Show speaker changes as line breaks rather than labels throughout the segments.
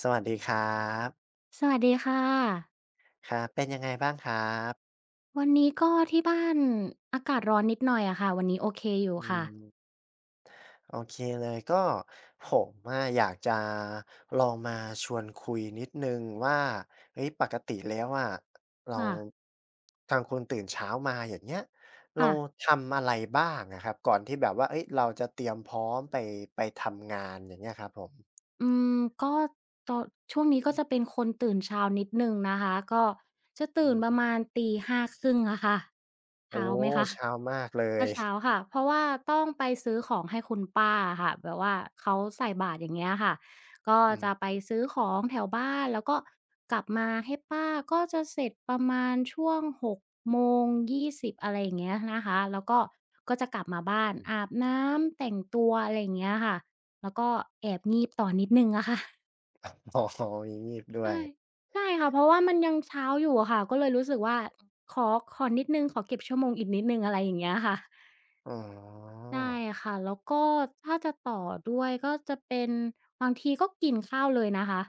สวัสดีครับ
สวัสดีค่ะ
ครับเป็นยังไงบ้างครับ
วันนี้ก็ที่บ้านอากาศร้อนนิดหน่อยอะค่ะวันนี้โอเคอยู่
อื
ค่ะ
มโอเคเลยก็ผมอะอยากจะลองมาชวนคุยนิดหนึ่งว่าเฮ้ยปกติแล้วอะเรา
ค่ะ
ทางคุณตื่นเช้ามาอย่างเงี้ยเรา
ค่ะ
ทำอะไรบ้างอะครับก่อนที่แบบว่าเฮ้ยเราจะเตรียมพร้อมไปทำงานอย่างเงี้ยครับผม
อืมก็ตอนช่วงนี้ก็จะเป็นคนตื่นเช้านิดหนึ่งนะคะก็จะ
อื
ตื่นประ
ม
มาณตีห้าครึ่งอะค่ะ
โอ้
เช้าไหมคะ
เช้ามากเล
ตอ
ย
นเช้าค่ะเพราะว่าต้องไปซื้อของให้คุณป้าอค่ะแบบว่าเขาใส่บาตรอย่างเงี้ยค่ะก็
อืม
จะไปซื้อของแถวบ้านแล้วก็กลับมาให้ป้าก็จะเสร็จประมาณช่วงหกโมงยี่สิบอะไรอย่างเงี้ยนะคะแล้วก็ก็จะกลับมาบ้านอา บน้ำแต่งตัวอะไรอย่างเงี้ยค่ะแล้วก็แอบงีบต่อนิดหนึ่งอะค่ะ
ๆอ๋อมีงีบด้ว
ใช่
ย
ใช่ค่ะเพราะว่ามันยังเช้าอยู่อะค่ะก็เลยรู้สึกว่าขอขอนิดหนึ่งขอเก็บชั่วโมงอีกนิดหนึ่งอะไรอย่างเงี้ยค่ะ
อ๋อ
ได้ค่ะแล้วก็ถ้าจะต่อด้วยก็จะเป็นบางทีก็กินข้าวเลยนะคะ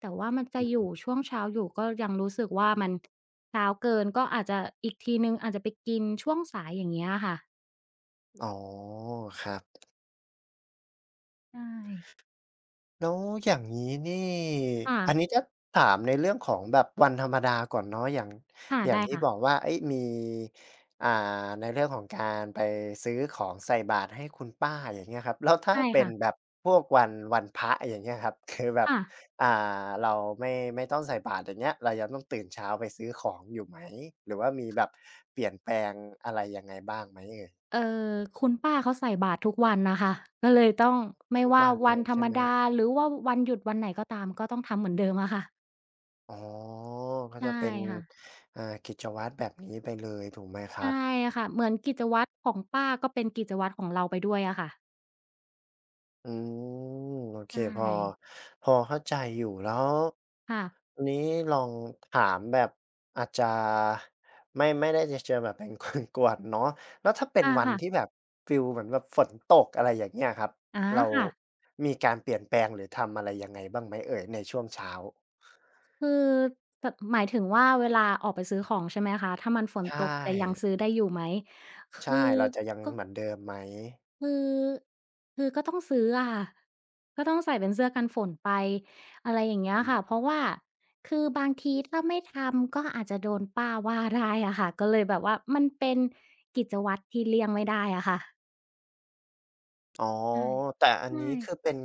แต่ว่ามันจะ
อื
อยู่
ม
ช่วงเช้าอยู่ก็ยังรู้สึกว่ามันเช้าเกินก็อาจจะอีกทีหนึ่งอาจจะไปกินช่วงสายอย่างเงี้ยค่ะ
อ๋อครับ
ใช่
แล้วอย่างงี้นี่
ค่ะ
อันนี้ถ้าถามในเรื่องของแบบวันธรรมดาก่อนเนาะอย่าง
ค่ะ
อย่าง
ได้
ที่
ค่ะ
บอกว่าเฮ้ยมีอ่าในเรื่องของการไปซื้อของใส่บาตรให้คุณป้าอย่างเงี้ยครับแล้วถ้า
ใช่
เป็น
ค่ะ
แบบพวกวันพระอย่างเงี้ยครับ คือแบบ
ค่ะ
อ่าเราไม่ต้องใส่บาตรอย่างเงี้ยเรายังต้องตื่นเช้าไปซื้อของอยู่ไหมหรือว่ามีแบบเปลี่ยนแปลงอะไรยังไงบ้างไหมเอ่ย
เอ่อคุณป้าเขาใส่บาตรทุกวันนะคะก็เลยต้องไม่
ทุก
ว่า
วันเล
วัน
ย
ธร
ใช่
รม
ไหม
ดาหรือว่าวันหยุดวันไหนก็ตามก็ต้องทำเหมือนเดิมอะค่ะ
อ๋อก็
ใช่
จะเป็น
ค่ะ
อ่ากิจวัตรแบบนี้ไปเลยถูกไหมครั
ใช่
บ
ค่ะเหมือนกิจวัตรของป้าก็เป็นกิจวัตรของเราไปด้วยอะค่ะ
อืมโอเคพอ
ใช่
พอเข้าใจอยู่แล้ว
ค่ะ
ทีนี้ลองถามแบบอาจจะไม่ได้จะเชิงแบบเป็นคนกวนเนาะแล้วถ้าเป็น
อา
วัน
ค่ะ
ที่แบบฟีลเหมือนแบบฝนตกอะไรอย่างเงี้ยครับ
อา
เรา
ค่ะ
มีการเปลี่ยนแปลงหรือทำอะไรยังไงบ้างไหมเอ่ยในช่วงเช้า
คือแบบหมายถึงว่าเวลาออกไปซื้อของใช่ไหมคะถ้ามันฝนตก
ใช่
จะยังซื้อได้อยู่ไหมคือ
ใช่เราจะยัง
ก็
เหมือนเดิมไหม
คือก็ต้องซื้ออะค่ะก็ต้องใส่เป็นเสื้อกันฝนไปอะไรอย่างเงี้ยค่ะเพราะว่าคือบางทีถ้าไม่ทำก็อาจจะโดนป้าว่าได้อะค่ะก็เลยแบบว่ามันเป็นกิจวัตรที่เลี่ยงไม่ได้อะค่ะ
อ๋อ
ใช่
แต่อัน
ใช่
นี้คือเป็น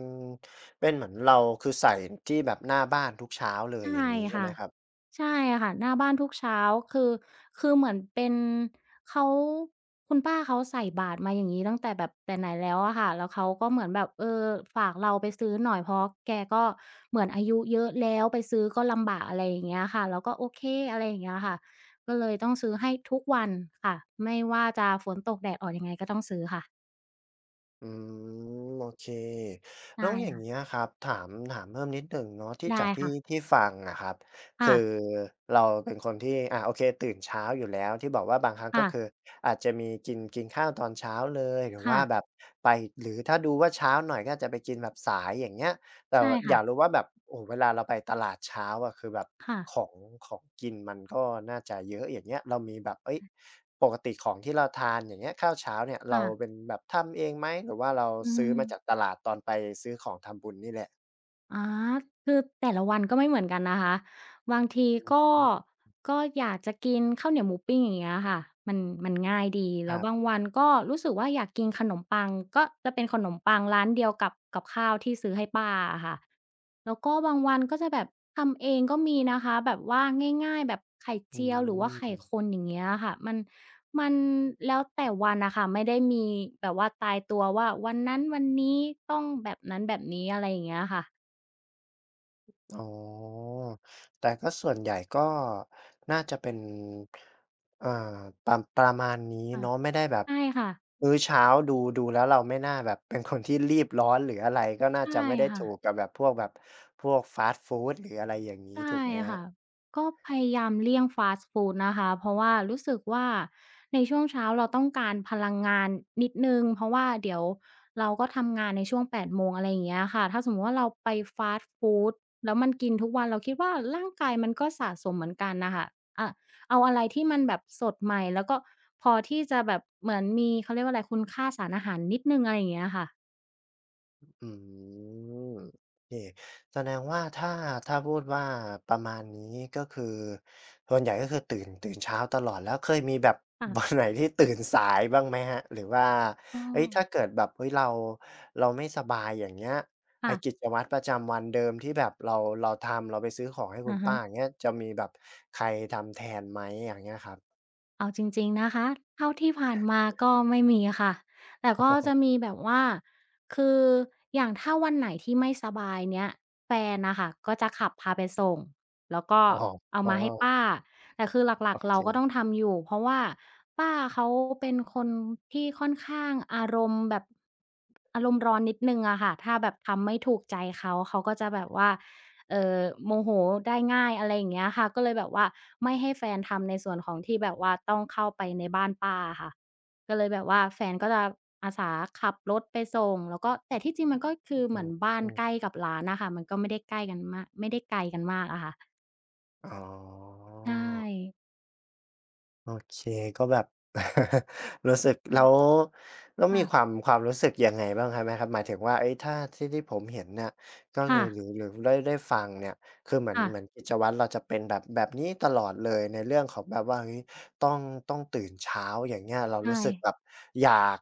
เป็นเหมือนเราคือใส่ที่แบบหน้าบ้านทุกเช้าเลยอย่า
ใช่
งงี้ใช่ไหม
ค่ะ
ครับ
ใช่ค่ะหน้าบ้านทุกเช้าคือคือเหมือนเป็นเขาคุณป้าเขาใส่บาตรมาอย่างงี้ตั้งแต่แบบแต่ไหนแล้วอะค่ะแล้วเขาก็เหมือนแบบเออฝากเราไปซื้อหน่อยเพราะแกก็เหมือนอายุเยอะแล้วไปซื้อก็ลำบากอะไรอย่างเงี้ยค่ะเราก็โอเคอะไรอย่างเงี้ยค่ะก็เลยต้องซื้อให้ทุกวันค่ะไม่ว่าจะฝนตกแดดออกยังไงก็ต้องซื้อค่ะ
อืมโอเคแล้
ใช่
วอย่าง
ค่ะ
เงี้ยครับถามเพิ่มนิดหนึ่งเนาะที่จา
ได้
กที่
ค่ะ
ที่ฟังอะครับ
ค่ะ
คือเราเป็นคนที่อ่าโอเคตื่นเช้าอยู่แล้วที่บอกว่าบางครั้งก็คือ
ค่ะ
อาจจะมีกินกินข้าวตอนเช้าเลยหรือ
ค่ะ
ว่าแบบไปหรือถ้าดูว่าเช้าหน่อยก็อาจจะไปกินแบบสายอย่างเงี้ย แต่
ใช่
อ
ค่ะ
ยากรู้ว่าแบบโอ้โฮเวลาเราไปตลาดเช้าอะคือแบบ
ค่ะ
ของของกินมันก็น่าจะเยอะอย่างเงี้ยเรามีแบบเฮ้ยปกติของที่เราทานอย่างเงี้ยข้าวเช้าเนี่ยเรา
ค่ะ
เป็นแบบทำเองไหมหรือว่าเรา
อื
ซื้อ
ม
มาจากตลาดตอนไปซื้อของทำบุญนี่แหละ
อาคือแต่ละวันก็ไม่เหมือนกันนะคะบางที
อ
ก็
ืม
ก็อยากจะกินข้าวเหนียวหมูปิ้งอย่างเงี้ยค่ะมันมันง่ายดี
ค
แล้ว
รั
บาง
บ
วันก็รู้สึกว่าอยากกินขนมปังก็จะเป็นขนมปังร้านเดียวกับกับข้าวที่ซื้อให้ป้าอะค่ะแล้วก็บางวันก็จะแบบทำเองก็มีนะคะแบบว่าง่ายๆแบบไข่
อื
เจียวหรือว่าไข่ค
ม
นอย่างเงี้ยค่ะมันแล้วแต่วันน่ะค่ะไม่ได้มีแบบว่าตายตัวว่าวันนั้นวันนี้ต้องแบบนั้นแบบนี้อะไรอย่างเงี้ยค่ะ
อ๋อ แต่ก็ส่วนใหญ่ก็น่าจะเป็นอ่าประมาณนี้
ค่ะ
เนาะไม่ได้แบบ
ใช่ค่ะ
มื้อเช้าดูแล้วเราไม่น่าแบบเป็นคนที่รีบร้อนหรืออะไรก็น่า
ใช่
จะไม่ได้
ค่ะ
ถูกกับแบบพวกแบบ พวกฟาสต์ฟูดหรืออะไรอย่างงี้
ใช่
ถูกไหมครั
ค่ะ
บ
ก็พยายามเลี่ยงฟาสต์ฟูดนะคะเพราะว่ารู้สึกว่าในช่วงเช้าเราต้องการพลังงานนิดหนึ่งเพราะว่าเดี๋ยวเราก็ทำงานในช่วง8โมงอะไรอย่างเงี้ยค่ะถ้าสมมุติว่าเราไปฟาสต์ฟูดแล้วมันกินทุกวันเราคิดว่าร่างกายมันก็สะสมเหมือนกันน่ะค่ะอะเอาอะไรที่มันแบบสดใหม่แล้วก็พอที่จะแบบเหมือนมีเขาเรียกว่าอะไรคุณค่าสารอาหารนิดหนึ่งอะไรอย่างเงี้ยค่ะ
อืมโอเคแสดงว่าถ้าพูดว่าประมาณนี้ก็คือส่วนใหญ่ก็คือตื่นเช้าตลอดแล้วเคยมีแบบวัน
ค่ะ
ไหนที่ตื่นสายบ้างไหมครับหรือว่า
เออ
เฮ้ยถ้าเกิดแบบเฮ้ยเราไม่สบายอย่างเงี้ยไอ้กิ
ค่ะ
จวัตรประจำวันเดิมที่แบบเราทำเราไปซื้อของให้คุณ
อะฮะ
ป้าอย่างเงี้ยจะมีแบบใครทำแทนไหมอย่างเงี้ยครับ
เอาจริงๆนะคะเท่าที่ผ่านมาก็ไม่มีค่ะแต่ก็จะมีแบบว่าคืออย่างถ้าวันไหนที่ไม่สบายเนี้ยแฟนน่ะค่ะก็จะขับพาไปส่งแล้วก็
อ๋อ
เอา
อ๋อ
มาให้ป้า แต่คือหลั
โอ
กๆเราก็ต้อง
เค
ทำอยู่เพราะว่าป้าเขาเป็นคนที่ค่อนข้างอารมณ์แบบอารมณ์ร้อนนิดนึงอะค่ะถ้าแบบทำไม่ถูกใจเขาเขาก็จะแบบว่าเออโมโหได้ง่ายอะไรอย่างเงี้ยค่ะก็เลยแบบว่าไม่ให้แฟนทำในส่วนของที่แบบว่าต้องเข้าไปในบ้านป้าค่ะก็เลยแบบว่าแฟนก็จะอาสาขับรถไปส่งแล้วก็แต่ที่จริงมันก็คือเห
อื
มือนบ้าน
ม
ใกล้กับร้านนะคะมันก็ไม่ได้ใกล้กันมากไม่ได้ไกลกันมากอะค่ะ
อ๋อ
ใช่
โอเคก็แบบ รู้สึกแล้ว
ใช่
แล้วมีค
ค่ะ
วามความรู้สึกยังไงบ้างครับไหมครับหมายถึงว่าเอ้ยถ้าที่ผมเห็นเนี่ยก็คื
ค่ะ
อหรือได้ฟังเนี่ยคือเหมือน
ค่ะ
กิจวัตรเราจะเป็นแบบนี้ตลอดเลยในเรื่องของแบบว่าเฮ้ยต้องต้องตื่นเช้าอย่างเงี้ยเรารู้
ใช่
สึกแบบอยาก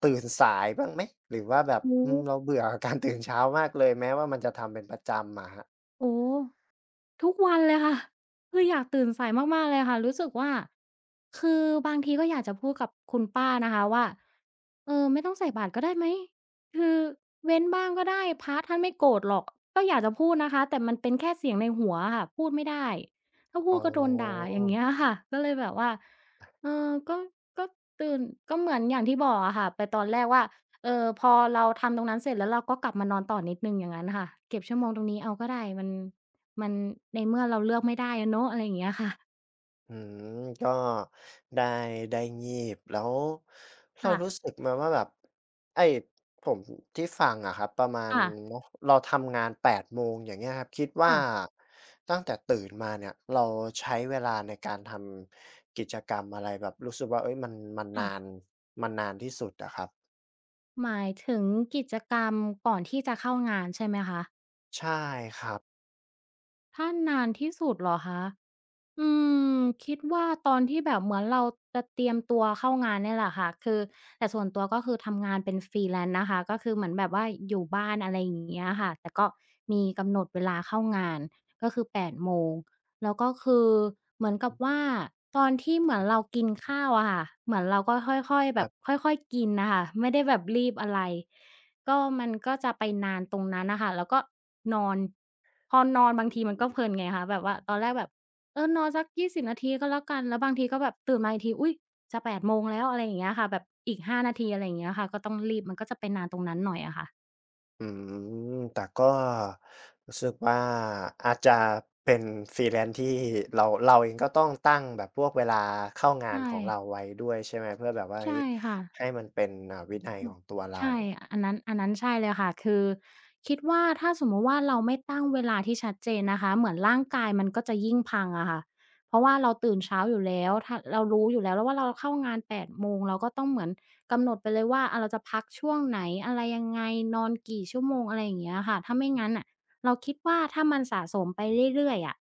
ตื่นสายบ้างไหมหรือว่าแบบ
โอ้
อืมเราเบื่อกับการตื่นเช้ามากเลยแม้ว่ามันจะทำเป็นประจำอะฮะ
โอ้ ทุกวันเลยค่ะคืออยากตื่นสายมากๆเลยค่ะรู้สึกว่าคือบางทีก็อยากจะพูดกับคุณป้านะคะว่าเออไม่ต้องใส่บาตรก็ได้ไหมคือเว้นบ้างก็ได้พระท่านไม่โกรธหรอกก็อยากจะพูดนะคะแต่มันเป็นแค่เสียงในหัวอะค่ะพูดไม่ได้ถ้าพู
อ๋
ดก็โดนด่าอย่างเงี้ย
อ
ค่ะก็เลยแบบว่าเออก็ตื่นก็เหมือนอย่างที่บอกอะค่ะไปตอนแรกว่าเออพอเราทำตรงนั้นเสร็จแล้วเราก็กลับมานอนต่อนิดหนึ่งอย่างงั้นค่ะเก็บชั่วโมงตรงนี้เอาก็ได้มันในเมื่อเราเลือกไม่ได้อะเนาะอะไรอย่างเงี้ยค่ะ
อืมก็ได้ได้งีบแล้วเรารู้
ค่ะ
สึกมาว่าแบบไอ้ผมที่ฟังอะครับประมาณ
ค่ะ
เนาะเราทำงาน8โมงอย่างเงี้ยครับคิดว่า
ค่ะ
ตั้งแต่ตื่นมาเนี่ยเราใช้เวลาในการทำกิจกรรมอะไรแบบรู้สึกว่าเฮ้ยมันมัน
ค่ะ
นานมันนานที่สุดอะครับ
หมายถึงกิจกรรมก่อนที่จะเข้างานใช่ไหมคะ
ใช่ครับ
ถ้านานที่สุดเหรอคะ อืมคิดว่าตอนที่แบบเหมือนเราจะเตรียมตัวเข้างานเนี่ยแหละค่ะคือแต่ส่วนตัวก็คือทำงานเป็น freelance นะคะก็คือเหมือนแบบว่าอยู่บ้านอะไรอย่างเงี้ยค่ะแต่ก็มีกำหนดเวลาเข้างานก็คือ8โมงแล้วก็คือเหมือนกับว่าตอนที่เหมือนเรากินข้าวอะค่ะเหมือนเราก็ค่อยๆแบ
แบ
บ
บ
ค่อยๆกินน่ะค่ะไม่ได้แบบรีบอะไรก็มันก็จะไปนานตรงนั้นน่ะค่ะแล้วก็นอนพอนอนบาง
อื
ทีมันก็เพลิน
ม
ไงคะแบบว่าตอนแรกแบบ เออนอนสัก20นาทีก็แล้วกันแล้วบางทีก็แบบตื่นมาอีกทีอุ๊ยจะ8โมงแล้วอะไรอย่างเงี้ยค่ะแบบอีก5นาทีอะไรอย่างเงี้ยค่ะก็ต้องรีบมันก็จะไปนานตรงนั้นหน่อยอะค่ะ
อืมแต่ก็รู้สึกว่าอาจจะเป็น Freelance ที่เราเองก็ต้องตั้งแบบพวกเวลาเข้างา
ใช่
นของเราไว้ด้วยใช่ไหมเพื่อแบบว่าเฮ้
ใช่
ย
ค่ะ
ให้มันเป็นอ่าวินัย
อื
ข
ม
องตัวเรา
ใช่อันนั้นอันนั้นใช่เลยค่ะคือคิดว่าถ้าสมมุติว่าเราไม่ตั้งเวลาที่ชัดเจนนะคะเหมือนร่างกายมันก็จะยิ่งพังอะค่ะเพราะว่าเราตื่นเช้าอยู่แล้วถ้าเรารู้อยู่แล้วว่าเราเข้างาน8โมงเราก็ต้องเหมือนกำหนดไปเลยว่าอาเราจะพักช่วงไหนอะไรยังไงนอนกี่ชั่วโมงอะไรอย่างเงี้ยค่ะถ้าไม่งั้นน่ะเราคิดว่าถ้ามันสะสมไปเรื่อยๆอะ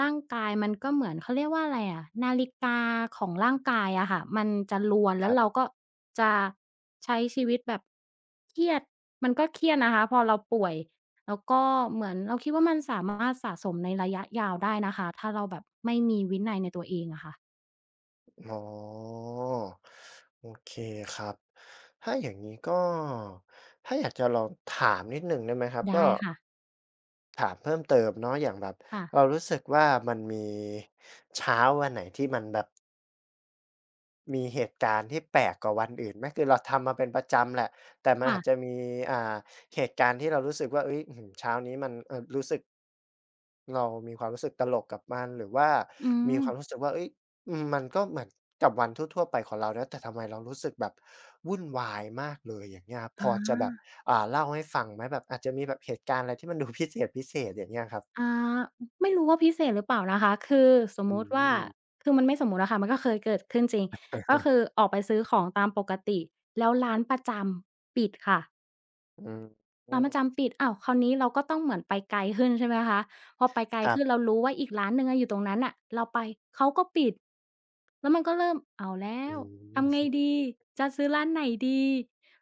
ร่างกายมันก็เหมือนเขาเรียกว่าอะไรอะนาฬิกาของร่างกายอะค่ะมันจะรวน
ค
แล้ว
รั
เรา
บ
ก็จะใช้ชีวิตแบบเครียดมันก็เครียดนะคะพอเราป่วยแล้วก็เหมือนเราคิดว่ามันสามารถสะสมในระยะยาวได้นะคะถ้าเราแบบไม่มีวินัยในตัวเองอะค่ะ
อ๋อโอเคครับถ้าอย่างงี้ก็ถ้าอยากจะลองถามนิดหนึ่งได้ไหมครับก็
ได้ค่ะ
ถามเพิ่มเติมเนาะอย่างแบบเรา
ค่ะ
รู้สึกว่ามันมีเช้าวันไหนที่มันแบบ มีเหตุการณ์ที่แปลกกว่าวันอื่นไหมคือเราทำมาเป็นประจำแหละแต่มันอาจจะ
ค่ะ
มีอ่าเหตุการณ์ที่เรารู้สึกว่าเฮ้ยอื้อฮือเช้านี้มันรู้สึกเรามีความรู้สึกตลกกับมันหรือว่า
อื
มี
ม
ความรู้สึกว่าเฮ้ยมันก็เหมือนกับวันทั่วๆไปของเรานะแต่ทำไมเรารู้สึกแบบวุ่นวายมากเลยอย่างเงี้ยครับพ
อา
อจะแบบเล่าให้ฟังไหมแบบอาจจะมีแบบเหตุการณ์อะไรที่มันดูพิเศษพิเศษอย่างเงี้ยครับ
อ่าไม่รู้ว่าพิเศษหรือเปล่านะคะคือสม
อื
มุติว่า
ม
คือมันไม่สมมุติอะค่ะมันก็เคยเกิดขึ้นจริงก็คือออกไปซื้อของตามปกติแล้วร้านประจำปิดค่ะ
อืม
ร้านประจำปิดอ้าวคราวนี้เราก็ต้องเหมือนไปไกลขึ้นใช่ไหมคะพอไปไกล
ครั
ขึ้น
บ
เรารู้ว่าอีกร้านหนึ่งอะอยู่ตรงนั้นน่ะเราไปเขาก็ปิด แล้วมันก็เริ่มเอาแล้
อื
วทำไง
ม
ดีจะซื้อร้านไหนดี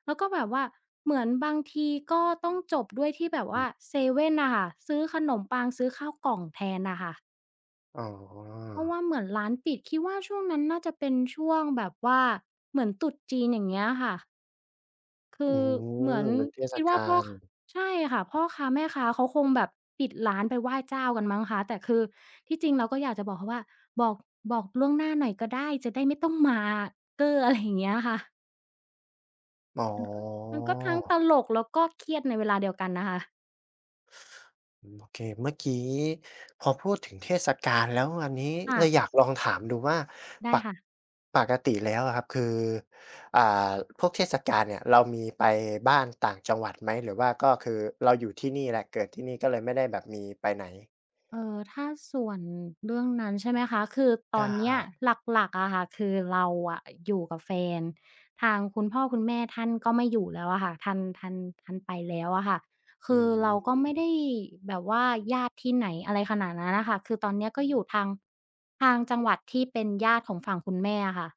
แล้วก็แบบว่าเหมือนบางทีก็ต้องจบด้วยที่แบบ
อือ
ว่าเซเว่นน่ะค่ะซื้อขนมปังซื้อข้าวกล่องแทนน่ะค่ะ
อ๋อ
เพราะว่าเหมือนร้านปิดคิดว่าช่วงนั้นน่าจะเป็นช่วงแบบว่าเหมือนตรุษจีนอย่างเงี้ยค่ะ คื
อื
อเห
ม
มือน
เป็นเทศ
คิดว่า
กา
พ่อ
ล
ใช่ค่ะพ่อค้าแม่ค้าเขาคงแบบปิดร้านไปไหว้เจ้ากันมั้งคะแต่คือที่จริงเราก็อยากจะบอกเขาว่าบอกบอกล่วงหน้าหน่อยก็ได้จะได้ไม่ต้องมาเก้อ อะไรอย่างเงี้ยค่ะ
อ๋อ
มันก็ทั้งตลกแล้วก็เครียดในเวลาเดียวกันนะคะ
อืมโอเคเมื่อกี้พอพูดถึงเทศกาลแล้วอันนี้เลยอ
ค่ะ
ยากลองถามดูว่าป
ได้
ก
ค่ะ
ปกติแล้วอะครับคืออ่าพวกเทศกาลเนี่ยเรามีไปบ้านต่างจังหวัดไหมหรือว่าก็คือเราอยู่ที่นี่แหละเกิดที่นี่ก็เลยไม่ได้แบบมีไปไหน
เออถ้าส่วนเรื่องนั้นใช่ไหมคะคือตอน
ใช่
เนี้ยหลักๆอะค่ะคือเราอะอยู่กับแฟนทางคุณพ่อคุณแม่ท่านก็ไม่อยู่แล้วอะค่ะท่านไปแล้วอะค่ะ
อื
คือเราก็ไม่
ม
ได้แบบว่าญาติที่ไหนอะไรขนาดนั้นน่ะค่ะคือตอนเนี้ยก็อยู่ทางจังหวัดที่เป็นญาติของฝั่งคุณแม่อะค่ะ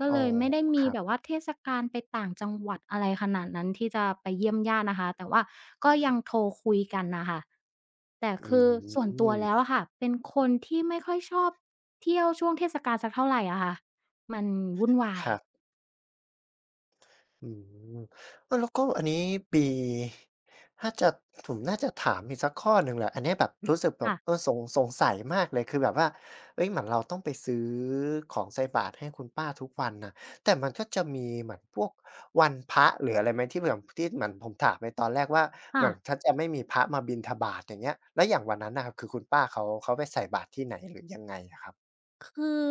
ก็
อ๋อ
เลยไม่ได้
ค
มี
รั
แบบ
บ
ว่าเทศกาลไปต่างจังหวัดอะไรขนาดนั้นที่จะไปเยี่ยมญาตินะคะแต่ว่าก็ยังโทรคุยกันน่ะค่ะแต่
อื
คือส่วนตัวแล้ว
ม
อะค่ะเป็นคนที่ไม่ค่อยชอบเที่ยวช่วงเทศกาลสักเท่าไรอะค่ะมันวุ่นวา
ค
ย
รับ อืมเออแล้วก็อันนี้ปีถ้าจะผมน่าจะถามอีกสักข้อหนึ่งแหละอันเนี้ยแบบรู้สึกแบบ
ค่ะ
เออสงสัยมากเลยคือแบบว่าเฮ้ยเหมือนเราต้องไปซื้อของใส่บาตรให้คุณป้าทุกวันน่ะแต่มันก็จะมีเหมือนพวกวันพระหรืออะไรไหมที่แอนที่เหมือนผมถามไปตอนแรกว่าเห
ค่ะ
มือนถ้าจะไม่มีพระมาบิณฑบาตอย่างเงี้ยแล้วอย่างวันนั้นน่ะครับคือคุณป้าเขาไปใส่บาตรที่ไหนหรือยังไงอะครับ
คือ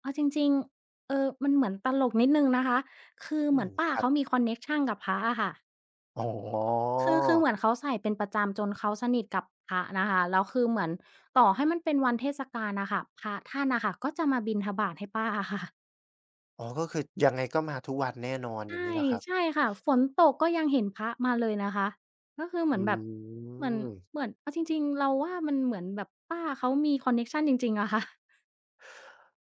เอาจริงๆเออมันเหมือนตลกนิดหนึ่งนะคะคือ
อื
เหมือ
ม
นป้า
ครั
เขามี
บ
คอนเน็กชันกับพระอะค่ะ
อ๋อ
คือเหมือนเขาใส่เป็นประจำจนเขาสนิทกับพระนะคะแล้วคือเหมือนต่อให้มันเป็นวันเทศกาลน่ะค่ะพระท่านน่ะค่ะก็จะมาบิณฑบาตให้ป้า อะค่ะ
อ๋อก็คือยังไงก็มาทุกวันแน่นอนอย่าง
ใช่
งี้เหรอครับ
ใช่ค่ะฝนตกก็ยังเห็นพระมาเลยนะคะก็คือเหมื
อื
อนแบบเหมือนเห
ม
มือนเอาจริงๆเราว่ามันเหมือนแบบป้าเขามีคอนเน็กชันจริงๆอะค่ะ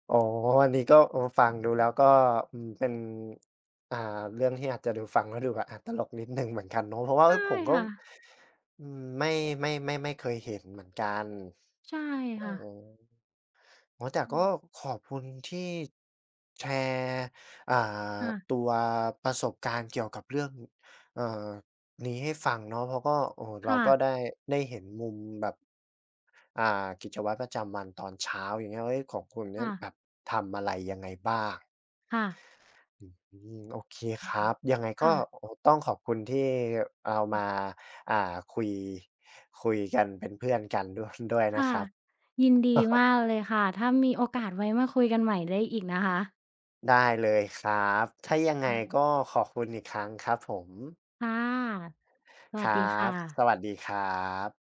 อ๋ออันนี้ก็เออฟังดูแล้วก็อืมเป็นอ่าเรื่องที่อาจจะดูฟังแล้วดูแบบอาตลกนิดหนึ่งเหมือนกันเนาะเพราะว่า เฮ้
ใช่
ยผมก็
ค่ะ
อืมไม่เคยเห็นเหมือนกัน
ใช่
อ๋
ค่ะ
อ อ๋อแต่
อื
ก็
ม
ขอบคุณที่แชร์อ่า
ค่ะ
ตัวประสบการณ์เกี่ยวกับเรื่องเอ่อนี้ให้ฟังเนาะเพราะก็โอ้โฮเรา
ค่ะ
ก็ได้ได้เห็นมุมแบบอ่ากิจวัตรประจำวันตอนเช้าอย่างเงี้ยเฮ้ยของคุณเนี่ย
ค่ะ
แบบทำอะไรยังไงบ้าง
ค่ะ
อืมโอเคค
อือ
รั
ฮึ
บยังไงก็
ค่ะ
โอ้โฮต้องขอบคุณที่เรามาอ่าคุยคุยกันเป็นเพื่อนกันด้วย ด้วยนะค
ค่ะ
รับ
ยินดีมากเลยค่ะถ้ามีโอกาสไว้มาคุยกันใหม่ได้อีกนะคะ
ได้เลยครับ ถ้ายังไง
ค่ะ
ก็ขอบคุณอีกครั้งครับผม
ค่ะส
ค
วัส
รั
ดี
บ
ค่ะ
สวัสดีครับ